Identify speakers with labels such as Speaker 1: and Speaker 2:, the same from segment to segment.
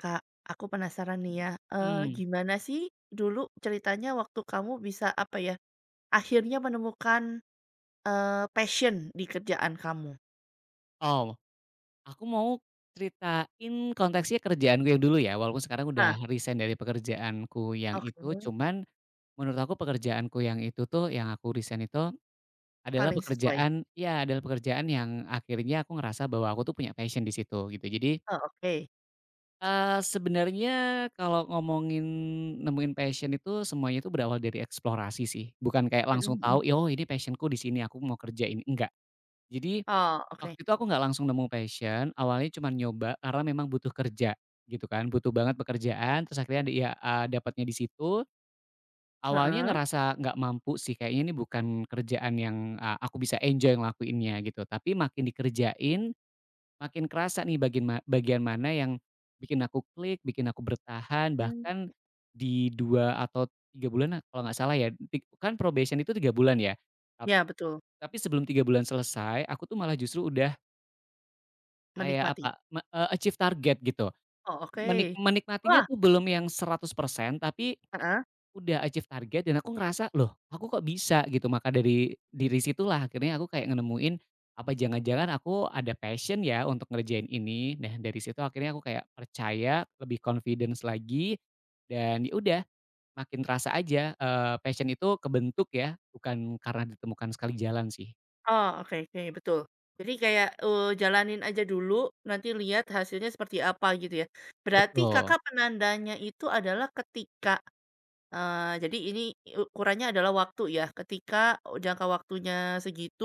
Speaker 1: Kak, aku penasaran nih ya,
Speaker 2: Mmm,
Speaker 1: gimana sih dulu ceritanya waktu kamu bisa, apa ya, akhirnya menemukan, passion di kerjaan kamu?
Speaker 2: oh, aku mau ceritain konteksnya kerjaan gue yang dulu ya, walaupun sekarang
Speaker 1: Nah,
Speaker 2: udah resign dari pekerjaanku yang itu,
Speaker 1: oke,
Speaker 2: cuman menurut aku pekerjaanku yang itu tuh, yang aku resign itu adalah
Speaker 1: paling sesuai.
Speaker 2: pekerjaan iya, adalah pekerjaan yang akhirnya aku ngerasa bahwa aku tuh punya passion di situ, gitu. Jadi,
Speaker 1: Oh, oke.
Speaker 2: sebenarnya kalau ngomongin nemuin passion itu semuanya itu berawal dari eksplorasi sih, bukan kayak
Speaker 1: Mhm
Speaker 2: langsung tahu,
Speaker 1: mhm.
Speaker 2: "Oh, ini passion-ku di sini, aku mau kerjain." Enggak. Jadi
Speaker 1: Oh, oke.
Speaker 2: waktu itu aku nggak langsung nemu passion, awalnya cuman nyoba karena memang butuh kerja gitu kan, butuh banget pekerjaan, terus akhirnya ada ya, dapatnya di situ. Awalnya
Speaker 1: Heeh.
Speaker 2: ngerasa nggak mampu sih, kayaknya ini bukan kerjaan yang, aku bisa enjoy ngelakuinnya gitu. Tapi makin dikerjain, makin kerasa nih bagian mana yang bikin aku klik, bikin aku bertahan,
Speaker 1: Mmm.
Speaker 2: bahkan di 2 atau 3 bulan nah, kalau nggak salah ya, kan probation itu 3 bulan ya, tap
Speaker 1: Ya, betul,
Speaker 2: tapi sebelum 3 bulan selesai, aku tuh malah justru udah kayak
Speaker 1: menikmati.
Speaker 2: apa, achieve target gitu.
Speaker 1: Oh, oke.
Speaker 2: Menikmatinya
Speaker 1: Wah
Speaker 2: tuh belum yang 100%, tapi
Speaker 1: heeh.
Speaker 2: udah achieve target dan aku ngerasa, "Loh, aku kok bisa?" Gitu. Maka dari situlah akhirnya aku kayak nemuin, apa jangan-jangan aku ada passion ya untuk ngerjain ini. Nah, dari situ akhirnya aku kayak percaya, lebih confidence lagi, dan ya udah makin terasa aja, passion itu kebentuk ya, bukan karena ditemukan sekali jalan sih.
Speaker 1: Oh, oke oke, betul. Jadi kayak, jalanin aja dulu, nanti lihat hasilnya seperti apa gitu ya. Berarti
Speaker 2: Betul.
Speaker 1: Kakak penandanya itu adalah ketika jadi ini ukurannya adalah waktu ya, ketika jangka waktunya segitu,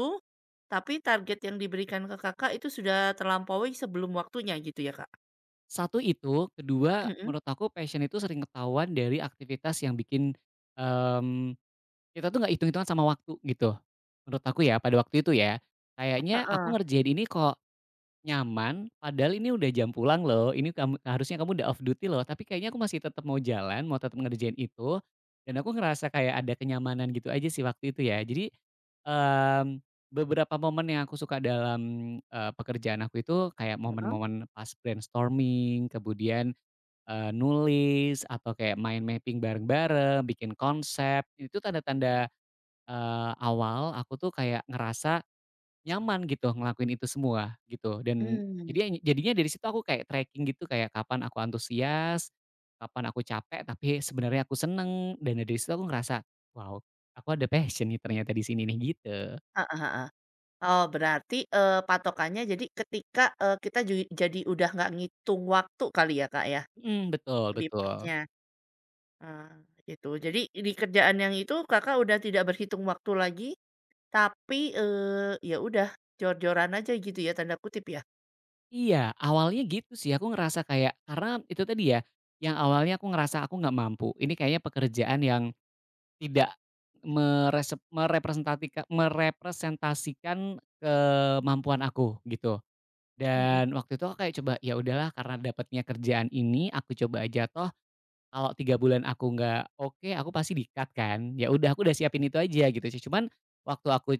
Speaker 1: tapi target yang diberikan ke Kakak itu sudah terlampaui sebelum waktunya gitu ya, Kak?
Speaker 2: Satu itu, kedua
Speaker 1: Mhm,
Speaker 2: menurut aku passion itu sering ketahuan dari aktivitas yang bikin, mmm, kita tuh nggak hitung-hitungan sama waktu gitu, menurut aku ya pada waktu itu ya. Kayaknya
Speaker 1: heeh
Speaker 2: aku ngerjain ini kok nyaman, padahal ini udah jam pulang loh, ini kamu harusnya udah off duty loh, tapi kayaknya aku masih tetap mau jalan, mau tetap ngerjain itu, dan aku ngerasa kayak ada kenyamanan gitu aja sih waktu itu ya. Jadi, mmm, beberapa momen yang aku suka dalam, pekerjaan aku itu kayak
Speaker 1: heeh,
Speaker 2: momen-momen pas brainstorming, kemudian, nulis atau kayak main mapping bareng-bareng, bikin konsep, itu tanda-tanda, awal aku tuh kayak ngerasa nyaman gitu ngelakuin itu semua gitu dan
Speaker 1: mmm,
Speaker 2: jadinya dari situ aku kayak tracking gitu kayak kapan aku antusias, kapan aku capek tapi sebenarnya aku seneng dan dari situ aku ngerasa, "Wow, aku ada passion nih ternyata di sini nih," gitu.
Speaker 1: heeh heeh. Oh berarti, patokannya jadi ketika, kita ju jadi udah nggak ngitung waktu kali ya, Kak, ya?
Speaker 2: Mhm, betul
Speaker 1: Lebih
Speaker 2: betul.
Speaker 1: tepatnya, eee, gitu. Jadi di kerjaan yang itu Kakak udah tidak berhitung waktu lagi, tapi, ya udah jor-joran aja gitu ya, tanda kutip ya?
Speaker 2: Iya, awalnya gitu sih, aku ngerasa kayak karena itu tadi ya, yang awalnya aku ngerasa aku nggak mampu, ini kayaknya pekerjaan yang tidak meresep merepresentatika merepresentasikan kemampuan aku, gitu.
Speaker 1: Mhm.
Speaker 2: Dan waktu itu aku kayak coba, ya udahlah karena dapatnya kerjaan ini, aku coba aja, toh kalau 3 bulan aku nggak oke, aku pasti di-cut kan. Ya udah, aku udah siapin itu aja gitu sih. Cuman waktu aku,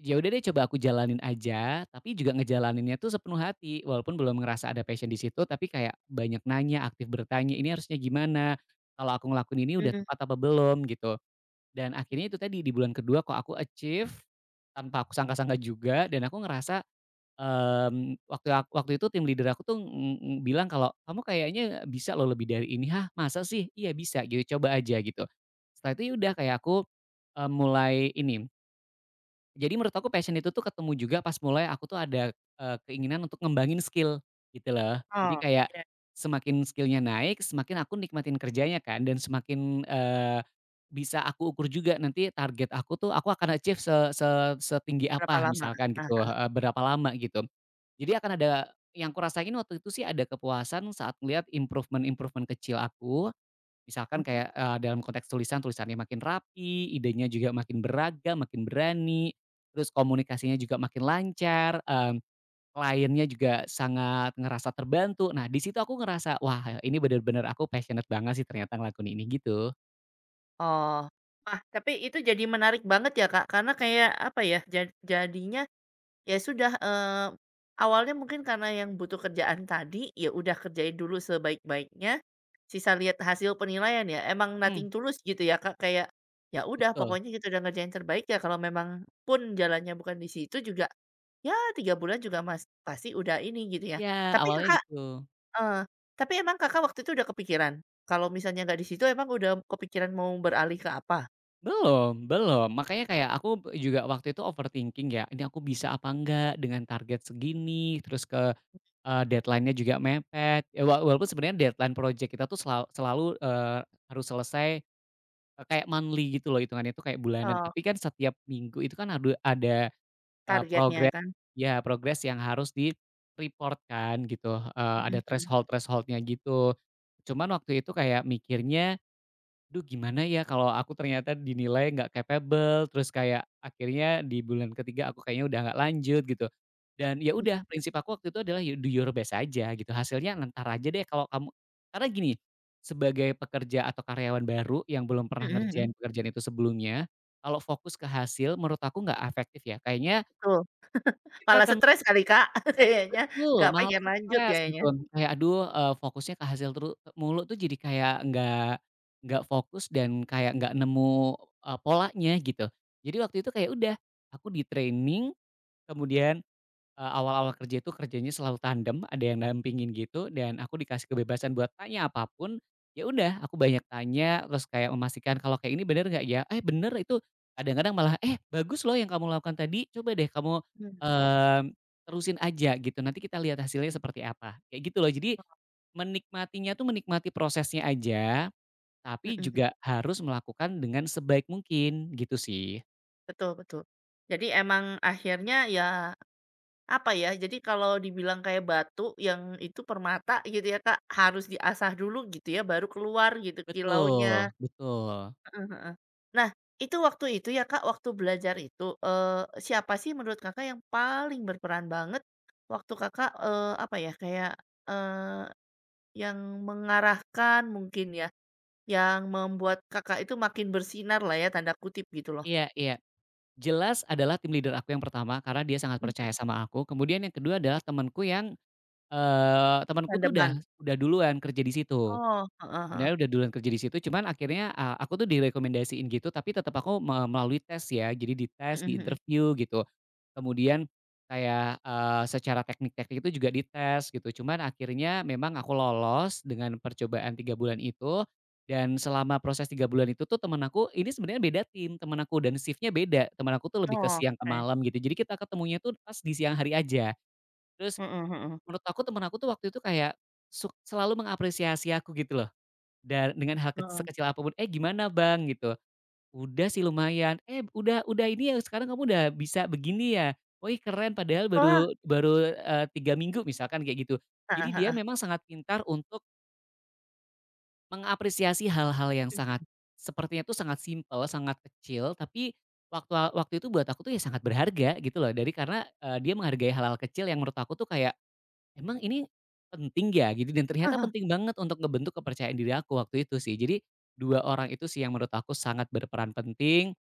Speaker 2: ya udah deh coba aku jalanin aja, tapi juga ngejalaninnya tuh sepenuh hati, walaupun belum ngerasa ada passion di situ, tapi kayak banyak nanya, aktif bertanya, "Ini harusnya gimana? Kalau aku ngelakuin ini udah
Speaker 1: Mmm,
Speaker 2: tepat apa belum?" Gitu. Dan akhirnya itu tadi di bulan kedua kok aku achieve, tanpa aku sangka-sangka juga dan aku ngerasa, waktu itu tim leader aku tuh, ng ng bilang kalau, "Kamu kayaknya bisa loh lebih dari ini." "Hah, masa sih?" "Iya bisa," gitu, "coba aja," gitu. Setelah itu ya udah kayak aku, mulai ini, jadi menurut aku passion itu tuh ketemu juga pas mulai aku tuh ada, keinginan untuk ngembangin skill, gitu loh. Jadi
Speaker 1: oh,
Speaker 2: kayak
Speaker 1: iya,
Speaker 2: semakin skillnya naik, semakin aku nikmatin kerjanya kan dan semakin, bisa aku ukur juga nanti target aku tuh aku akan achieve se se setinggi
Speaker 1: berapa
Speaker 2: apa
Speaker 1: lama?
Speaker 2: misalkan
Speaker 1: Ah.
Speaker 2: gitu,
Speaker 1: Heeh.
Speaker 2: heeh, berapa lama gitu. Jadi akan ada yang aku rasain waktu itu sih, ada kepuasan saat melihat improvement-improvement kecil aku. Misalkan
Speaker 1: Mhm.
Speaker 2: kayak, dalam konteks tulisan, tulisannya makin rapi, idenya juga makin beragam, makin berani, terus komunikasinya juga makin lancar, kliennya juga sangat ngerasa terbantu. Nah, di situ aku ngerasa, "Wah, ini bener-bener aku passionate banget sih ternyata ngelakuin ini," gitu.
Speaker 1: Oh. Wah, tapi itu jadi menarik banget ya, Kak, karena kayak, apa ya, jadinya ya sudah, awalnya mungkin karena yang butuh kerjaan tadi, ya udah kerjain dulu sebaik-baiknya, sisa lihat hasil penilaian ya. Emang
Speaker 2: Mhm,
Speaker 1: nothing tulus gitu ya, Kak, kayak, ya udah
Speaker 2: betul.
Speaker 1: pokoknya kita udah ngerjain terbaik ya kalau memang pun jalannya bukan di situ juga, ya 3 bulan juga mas pasti udah ini gitu ya.
Speaker 2: Ya
Speaker 1: Tapi
Speaker 2: awalnya
Speaker 1: Kakak
Speaker 2: gitu.
Speaker 1: eee, tapi emang Kakak waktu itu udah kepikiran, kalau misalnya nggak di situ emang udah kepikiran mau beralih ke apa?
Speaker 2: Belum belum, makanya kayak aku juga waktu itu overthinking ya, "Ini aku bisa apa enggak dengan target segini?" Terus ke deadline-nya juga mepet, ya walaupun sebenarnya deadline project kita tuh selalu, harus selesai, kayak monthly gitu loh hitungannya itu kayak bulanan,
Speaker 1: Oh,
Speaker 2: tapi kan setiap minggu itu kan ada,
Speaker 1: targetnya
Speaker 2: progres
Speaker 1: kan?
Speaker 2: ya progress yang harus di-report kan gitu, ada
Speaker 1: Mhm mhm.
Speaker 2: threshold thresholdnya gitu. Cuman waktu itu kayak mikirnya duh gimana ya kalau aku ternyata dinilai nggak capable, terus kayak akhirnya di bulan ketiga aku kayaknya udah nggak lanjut gitu. Dan ya udah
Speaker 1: Mhm
Speaker 2: prinsip aku waktu itu adalah you do your best aja gitu, hasilnya entar aja deh kalau kamu, karena gini, sebagai pekerja atau karyawan baru yang belum pernah
Speaker 1: mhm
Speaker 2: ngerjain
Speaker 1: mhm.
Speaker 2: pekerjaan itu sebelumnya, kalau fokus ke hasil menurut aku nggak efektif ya. Kayaknya
Speaker 1: Betul.
Speaker 2: kita
Speaker 1: Malah
Speaker 2: akan
Speaker 1: stres kali, Kak, kayaknya
Speaker 2: betul,
Speaker 1: nggak
Speaker 2: malah
Speaker 1: pengen lanjut
Speaker 2: stres
Speaker 1: ya,
Speaker 2: gitu.
Speaker 1: kayaknya.
Speaker 2: Kayak aduh, fokusnya ke hasil mulu tuh jadi kayak nggak fokus dan kayak nggak nemu, polanya gitu. Jadi waktu itu kayak udah, aku di-training, kemudian awal-awal kerja itu kerjanya selalu tandem, ada yang dampingin gitu dan aku dikasih kebebasan buat tanya apapun, ya udah aku banyak tanya terus kayak memastikan kalau kayak ini bener nggak ya? Eh, bener itu kadang-kadang malah, "Eh, bagus loh yang kamu lakukan tadi, coba deh kamu,
Speaker 1: Mmm,
Speaker 2: mmm, terusin aja gitu nanti kita lihat hasilnya seperti apa." Kayak gitu loh, jadi menikmatinya tuh menikmati prosesnya aja, tapi
Speaker 1: mhm,
Speaker 2: juga harus melakukan dengan sebaik mungkin gitu sih.
Speaker 1: betul betul. Jadi emang akhirnya ya, apa ya, jadi kalau dibilang kayak batu yang itu permata gitu ya, Kak, harus diasah dulu gitu ya, baru keluar gitu kilaunya.
Speaker 2: Betul betul.
Speaker 1: Heeh heeh. Nah, itu waktu itu ya, Kak, waktu belajar itu, siapa sih menurut Kakak yang paling berperan banget waktu Kakak, apa ya, kayak, eee, yang mengarahkan mungkin ya, yang membuat Kakak itu makin bersinar lah ya, tanda kutip gitu loh?
Speaker 2: Iya iya. Jelas adalah tim leader aku yang pertama, karena dia sangat percaya
Speaker 1: Mhm.
Speaker 2: sama aku. Kemudian yang kedua adalah temanku yang, temanku tuh
Speaker 1: Tandeman?
Speaker 2: udah duluan kerja di situ.
Speaker 1: Oh, heeh heeh.
Speaker 2: Sebenarnya udah duluan kerja di situ, cuman akhirnya, aku tuh direkomendasiin gitu, tapi tetap aku melalui tes ya. Jadi di tes,
Speaker 1: Mhm
Speaker 2: di
Speaker 1: mhm.
Speaker 2: interview gitu. Kemudian kayak, secara teknik-teknik itu juga dites gitu. Cuman akhirnya memang aku lolos dengan percobaan 3 bulan itu, dan selama proses 3 bulan itu tuh teman aku ini sebenarnya beda tim, teman aku dan shiftnya beda. Teman aku tuh lebih ke
Speaker 1: Oh,
Speaker 2: siang ke
Speaker 1: oke.
Speaker 2: malam gitu. Jadi kita ketemunya tuh pas di siang hari aja. Terus
Speaker 1: Mhm mhm.
Speaker 2: menurut aku teman aku tuh waktu itu kayak selalu mengapresiasi aku gitu loh. Dan dengan hal
Speaker 1: Heeh.
Speaker 2: sekecil apapun, "Eh, gimana Bang?" gitu, "Udah sih lumayan," "Eh, udah ini ya sekarang kamu udah bisa begini ya? Wih keren padahal
Speaker 1: Wah,
Speaker 2: baru baru, 3 minggu," misalkan kayak gitu. Jadi
Speaker 1: heeh
Speaker 2: dia
Speaker 1: heeh.
Speaker 2: memang sangat pintar untuk mengapresiasi hal-hal yang sangat sepertinya tuh sangat simpel, sangat kecil, tapi waktu waktu itu buat aku tuh ya sangat berharga gitu loh dari karena, dia menghargai hal-hal kecil yang menurut aku tuh kayak emang ini penting ya gitu dan ternyata penting banget untuk ngebentuk kepercayaan diri aku waktu itu sih. Jadi 2 orang itu sih yang menurut aku sangat berperan penting,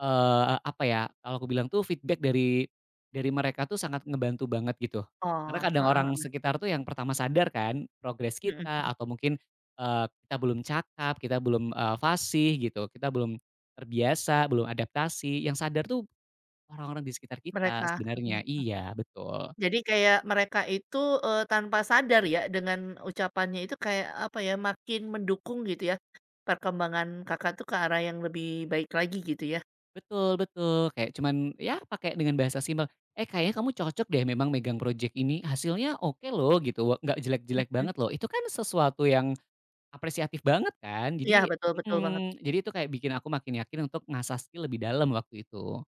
Speaker 2: apa ya, kalau aku bilang tuh feedback dari mereka tuh sangat ngebantu banget gitu. Karena
Speaker 1: Oh,
Speaker 2: kadang
Speaker 1: heeh
Speaker 2: orang
Speaker 1: heeh.
Speaker 2: sekitar tuh yang pertama sadar kan progres
Speaker 1: Mhm.
Speaker 2: kita atau mungkin, kita belum cakap, kita belum, fasih gitu, kita belum terbiasa, belum adaptasi, yang sadar tuh orang-orang di sekitar kita
Speaker 1: Mereka
Speaker 2: sebenarnya.
Speaker 1: heeh.
Speaker 2: Iya, betul.
Speaker 1: Jadi kayak mereka itu, tanpa sadar ya dengan ucapannya itu kayak, apa ya, makin mendukung gitu ya, perkembangan Kakak tuh ke arah yang lebih baik lagi gitu ya?
Speaker 2: Betul betul, kayak cuman ya pakai dengan bahasa simpel, "Eh, kayaknya kamu cocok deh memang megang project ini, hasilnya oke loh," gitu, wa- nggak jelek-jelek
Speaker 1: Mhm.
Speaker 2: banget loh. Itu kan sesuatu yang apresiatif banget kan.
Speaker 1: Iya,
Speaker 2: Jadi
Speaker 1: betul betul banget.
Speaker 2: mhm, jadi itu kayak bikin aku makin yakin untuk ngasah skill lebih dalam waktu itu.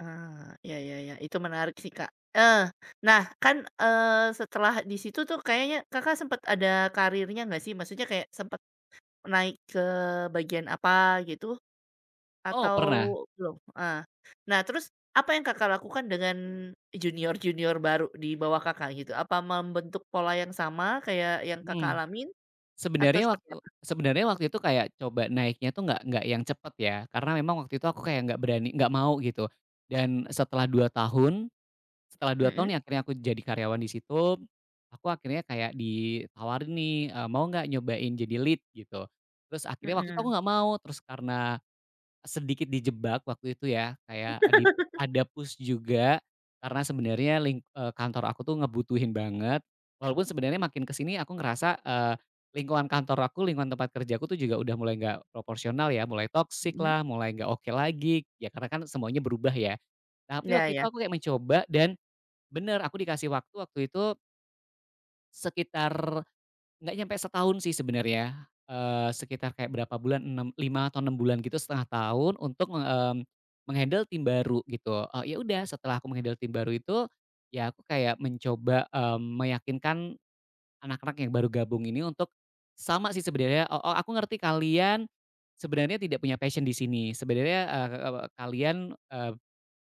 Speaker 1: Ah, ya ya ya itu menarik sih, Kak. Eh, nah kan, eh setelah di situ tuh kayaknya Kakak sempat ada karirnya nggak sih? Maksudnya kayak sempat naik ke bagian apa gitu
Speaker 2: Oh
Speaker 1: atau
Speaker 2: pernah,
Speaker 1: belum? Ah, nah terus apa yang Kakak lakukan dengan junior-junior baru di bawah Kakak gitu? Apa membentuk pola yang sama kayak yang Kakak
Speaker 2: mhm,
Speaker 1: alamin atau
Speaker 2: sebenarnya
Speaker 1: seperti
Speaker 2: waktu
Speaker 1: apa?
Speaker 2: sebenarnya waktu itu kayak coba naiknya tuh nggak yang cepet ya, karena memang waktu itu aku kayak nggak berani nggak mau gitu. Dan setelah dua tahun
Speaker 1: Mhm
Speaker 2: ya akhirnya aku jadi karyawan di situ, aku akhirnya kayak ditawarin nih, "Mau nggak nyobain jadi lead?" Gitu. Terus akhirnya waktu itu aku
Speaker 1: mhm.
Speaker 2: nggak mau, terus karena sedikit dijebak waktu itu ya, kayak ada push juga karena sebenarnya kantor aku tuh ngebutuhin banget, walaupun sebenarnya makin ke sini aku ngerasa, lingkungan kantor aku, lingkungan tempat kerjaku tuh juga udah mulai nggak proporsional ya, mulai toksik
Speaker 1: Mhm.
Speaker 2: lah, mulai nggak oke lagi, ya karena kan semuanya berubah ya. Tapi
Speaker 1: Iya
Speaker 2: waktu itu
Speaker 1: iya.
Speaker 2: aku kayak mencoba dan bener, aku dikasih waktu, waktu itu sekitar nggak nyampe setahun sih sebenarnya, sekitar kayak berapa bulan, 6 5 atau 6 bulan gitu, setengah tahun untuk me mmm, meng em, menghandle tim baru gitu. Eee, ya udah setelah aku menghandle tim baru itu, ya aku kayak mencoba, meyakinkan anak-anak yang baru gabung ini untuk sama sih sebenarnya, "Oh oh aku ngerti kalian sebenarnya tidak punya passion di sini, sebenarnya, kalian,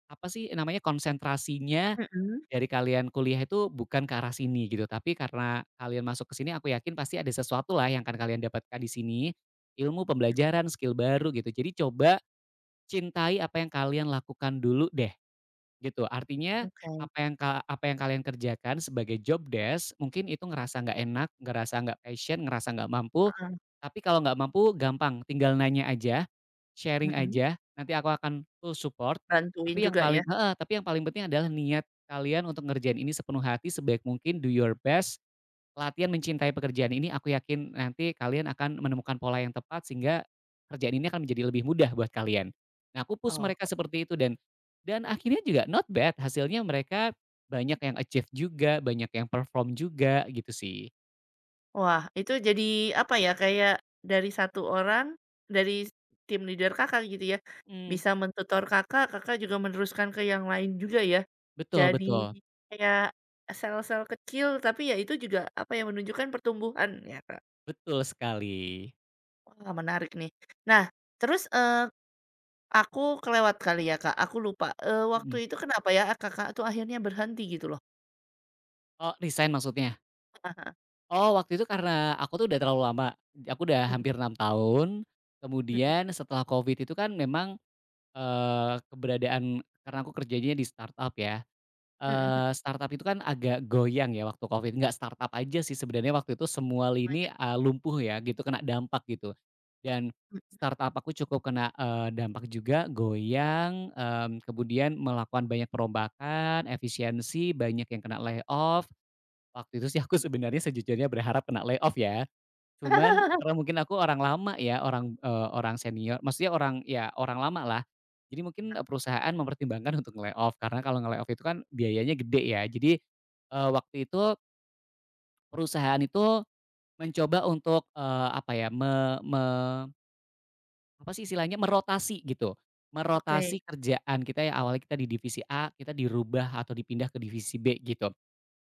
Speaker 2: apa sih namanya, konsentrasinya
Speaker 1: Mhm.
Speaker 2: dari kalian kuliah itu bukan ke arah sini gitu, tapi karena kalian masuk ke sini aku yakin pasti ada sesuatu lah yang akan kalian dapatkan di sini, ilmu, pembelajaran, skill baru gitu. Jadi coba cintai apa yang kalian lakukan dulu deh. Gitu, artinya
Speaker 1: Oke,
Speaker 2: apa yang kalian kerjakan sebagai job desk, mungkin itu ngerasa nggak enak, ngerasa nggak passion, ngerasa nggak mampu,
Speaker 1: heeh.
Speaker 2: tapi kalau nggak mampu gampang, tinggal nanya aja, sharing
Speaker 1: Mhm.
Speaker 2: aja, nanti aku akan full support,
Speaker 1: Bantuin
Speaker 2: tapi yang
Speaker 1: juga
Speaker 2: paling
Speaker 1: ya?
Speaker 2: heeh, tapi yang paling penting adalah niat kalian untuk ngerjain ini sepenuh hati, sebaik mungkin, do your best. Latihan mencintai pekerjaan ini aku yakin nanti kalian akan menemukan pola yang tepat sehingga kerjaan ini akan menjadi lebih mudah buat kalian. Nah, aku push
Speaker 1: Oh.
Speaker 2: mereka seperti itu dan akhirnya juga not bad hasilnya, mereka banyak yang achieve juga, banyak yang perform juga gitu sih.
Speaker 1: Wah, itu jadi apa ya, kayak dari satu orang, dari tim leader Kakak gitu ya,
Speaker 2: Mhm,
Speaker 1: bisa mentutor Kakak, Kakak juga meneruskan ke yang lain juga ya.
Speaker 2: betul
Speaker 1: Jadi
Speaker 2: betul,
Speaker 1: kayak sel-sel kecil, tapi ya itu juga apa ya, menunjukkan pertumbuhan ya, Kak.
Speaker 2: betul sekali.
Speaker 1: Wah, menarik nih. Nah, terus, aku kelewat kali ya, Kak, aku lupa, waktu
Speaker 2: Mhm.
Speaker 1: itu kenapa ya Kakak tuh akhirnya berhenti gitu loh?
Speaker 2: Oh resign maksudnya? Oh waktu itu karena aku tuh udah terlalu lama, aku udah hampir 6 tahun, kemudian setelah Covid itu kan memang keberadaan karena aku kerjanya di startup ya, startup itu kan agak goyang ya waktu Covid, nggak startup aja sih sebenarnya waktu itu semua lini, lumpuh ya gitu, kena dampak gitu. Dan startup aku cukup kena, dampak juga, goyang, kemudian melakukan banyak perombakan, efisiensi, banyak yang kena layoff. Waktu itu sih aku sebenarnya sejujurnya berharap kena layoff ya. Cuman karena mungkin aku orang lama ya, orang, orang senior maksudnya orang ya orang lama lah. Jadi mungkin, perusahaan mempertimbangkan untuk nge-layoff karena kalau nge-layoff itu kan biayanya gede ya. Jadi, waktu itu perusahaan itu mencoba untuk, apa ya, me me apa sih istilahnya, merotasi gitu.
Speaker 1: Oke.
Speaker 2: Merotasi kerjaan kita yang awalnya kita di divisi A, kita dirubah atau dipindah ke divisi B gitu.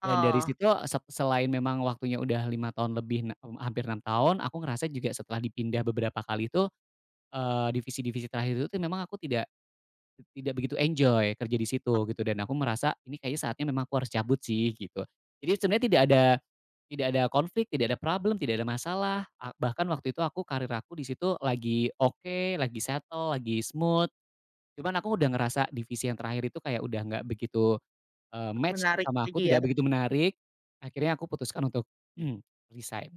Speaker 2: Dan dari
Speaker 1: Oh,
Speaker 2: situ selain memang waktunya udah 5 tahun lebih, hampir 6 tahun, aku ngerasa juga setelah dipindah beberapa kali itu, divisi-divisi terakhir itu tuh memang aku tidak tidak begitu enjoy kerja di situ gitu dan aku merasa ini kayaknya saatnya memang aku harus cabut sih gitu. Jadi sebenarnya tidak ada konflik, tidak ada problem, tidak ada masalah, bahkan waktu itu aku karir aku di situ lagi oke, lagi settle, lagi smooth, cuman aku udah ngerasa divisi yang terakhir itu kayak udah nggak begitu match
Speaker 1: menarik
Speaker 2: sama aku,
Speaker 1: lagi ya.
Speaker 2: tidak begitu menarik, akhirnya aku putuskan untuk, resign.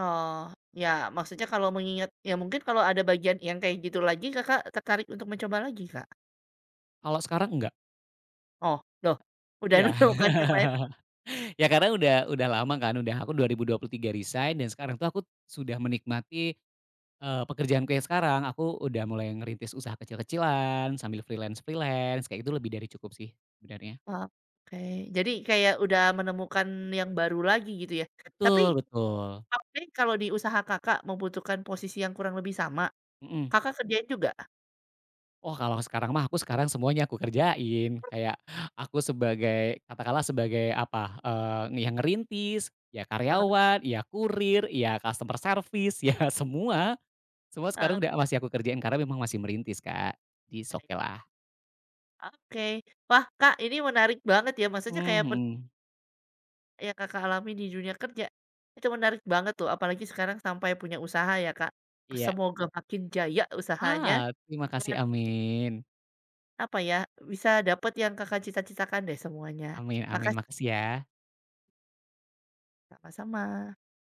Speaker 1: Oh, ya maksudnya kalau mengingat ya mungkin kalau ada bagian yang kayak gitu lagi Kakak tertarik untuk mencoba lagi, Kak?
Speaker 2: Kalau sekarang enggak.
Speaker 1: Oh, loh, udah
Speaker 2: Iya,
Speaker 1: menemukan yang lain?
Speaker 2: ya karena udah lama kan, udah aku 2023 resign dan sekarang tuh aku sudah menikmati, pekerjaanku yang sekarang. Aku udah mulai ngerintis usaha kecil-kecilan, sambil freelance-freelance, kayak gitu lebih dari cukup sih sebenarnya.
Speaker 1: Wah, oke, jadi kayak udah menemukan yang baru lagi gitu ya? Tapi,
Speaker 2: Betul betul,
Speaker 1: tapi kalau di usaha Kakak membutuhkan posisi yang kurang lebih sama,
Speaker 2: mhm.
Speaker 1: Kakak kerjain juga?
Speaker 2: Oh, kalau sekarang mah aku sekarang semuanya aku kerjain. Kayak aku sebagai katakanlah sebagai apa, yang ngerintis, ya
Speaker 1: Eee,
Speaker 2: karyawan, ya kurir, ya customer service, ya semua. Semua
Speaker 1: heeh,
Speaker 2: sekarang udah masih aku kerjain karena memang masih merintis, Kak. Di it's
Speaker 1: baik.
Speaker 2: okay lah.
Speaker 1: Oke. Wah, Kak, ini menarik banget ya maksudnya
Speaker 2: Mmm,
Speaker 1: kayak
Speaker 2: mhm.
Speaker 1: yang Kakak alami di dunia kerja, itu menarik banget tuh apalagi sekarang sampai punya usaha ya, Kak.
Speaker 2: Iya.
Speaker 1: Semoga makin jaya usahanya
Speaker 2: Ah, terima kasih,
Speaker 1: dan
Speaker 2: amin.
Speaker 1: apa ya, bisa dapat yang Kakak cita-citakan deh semuanya.
Speaker 2: Amin amin,
Speaker 1: Makasih,
Speaker 2: makasih ya.
Speaker 1: sama-sama.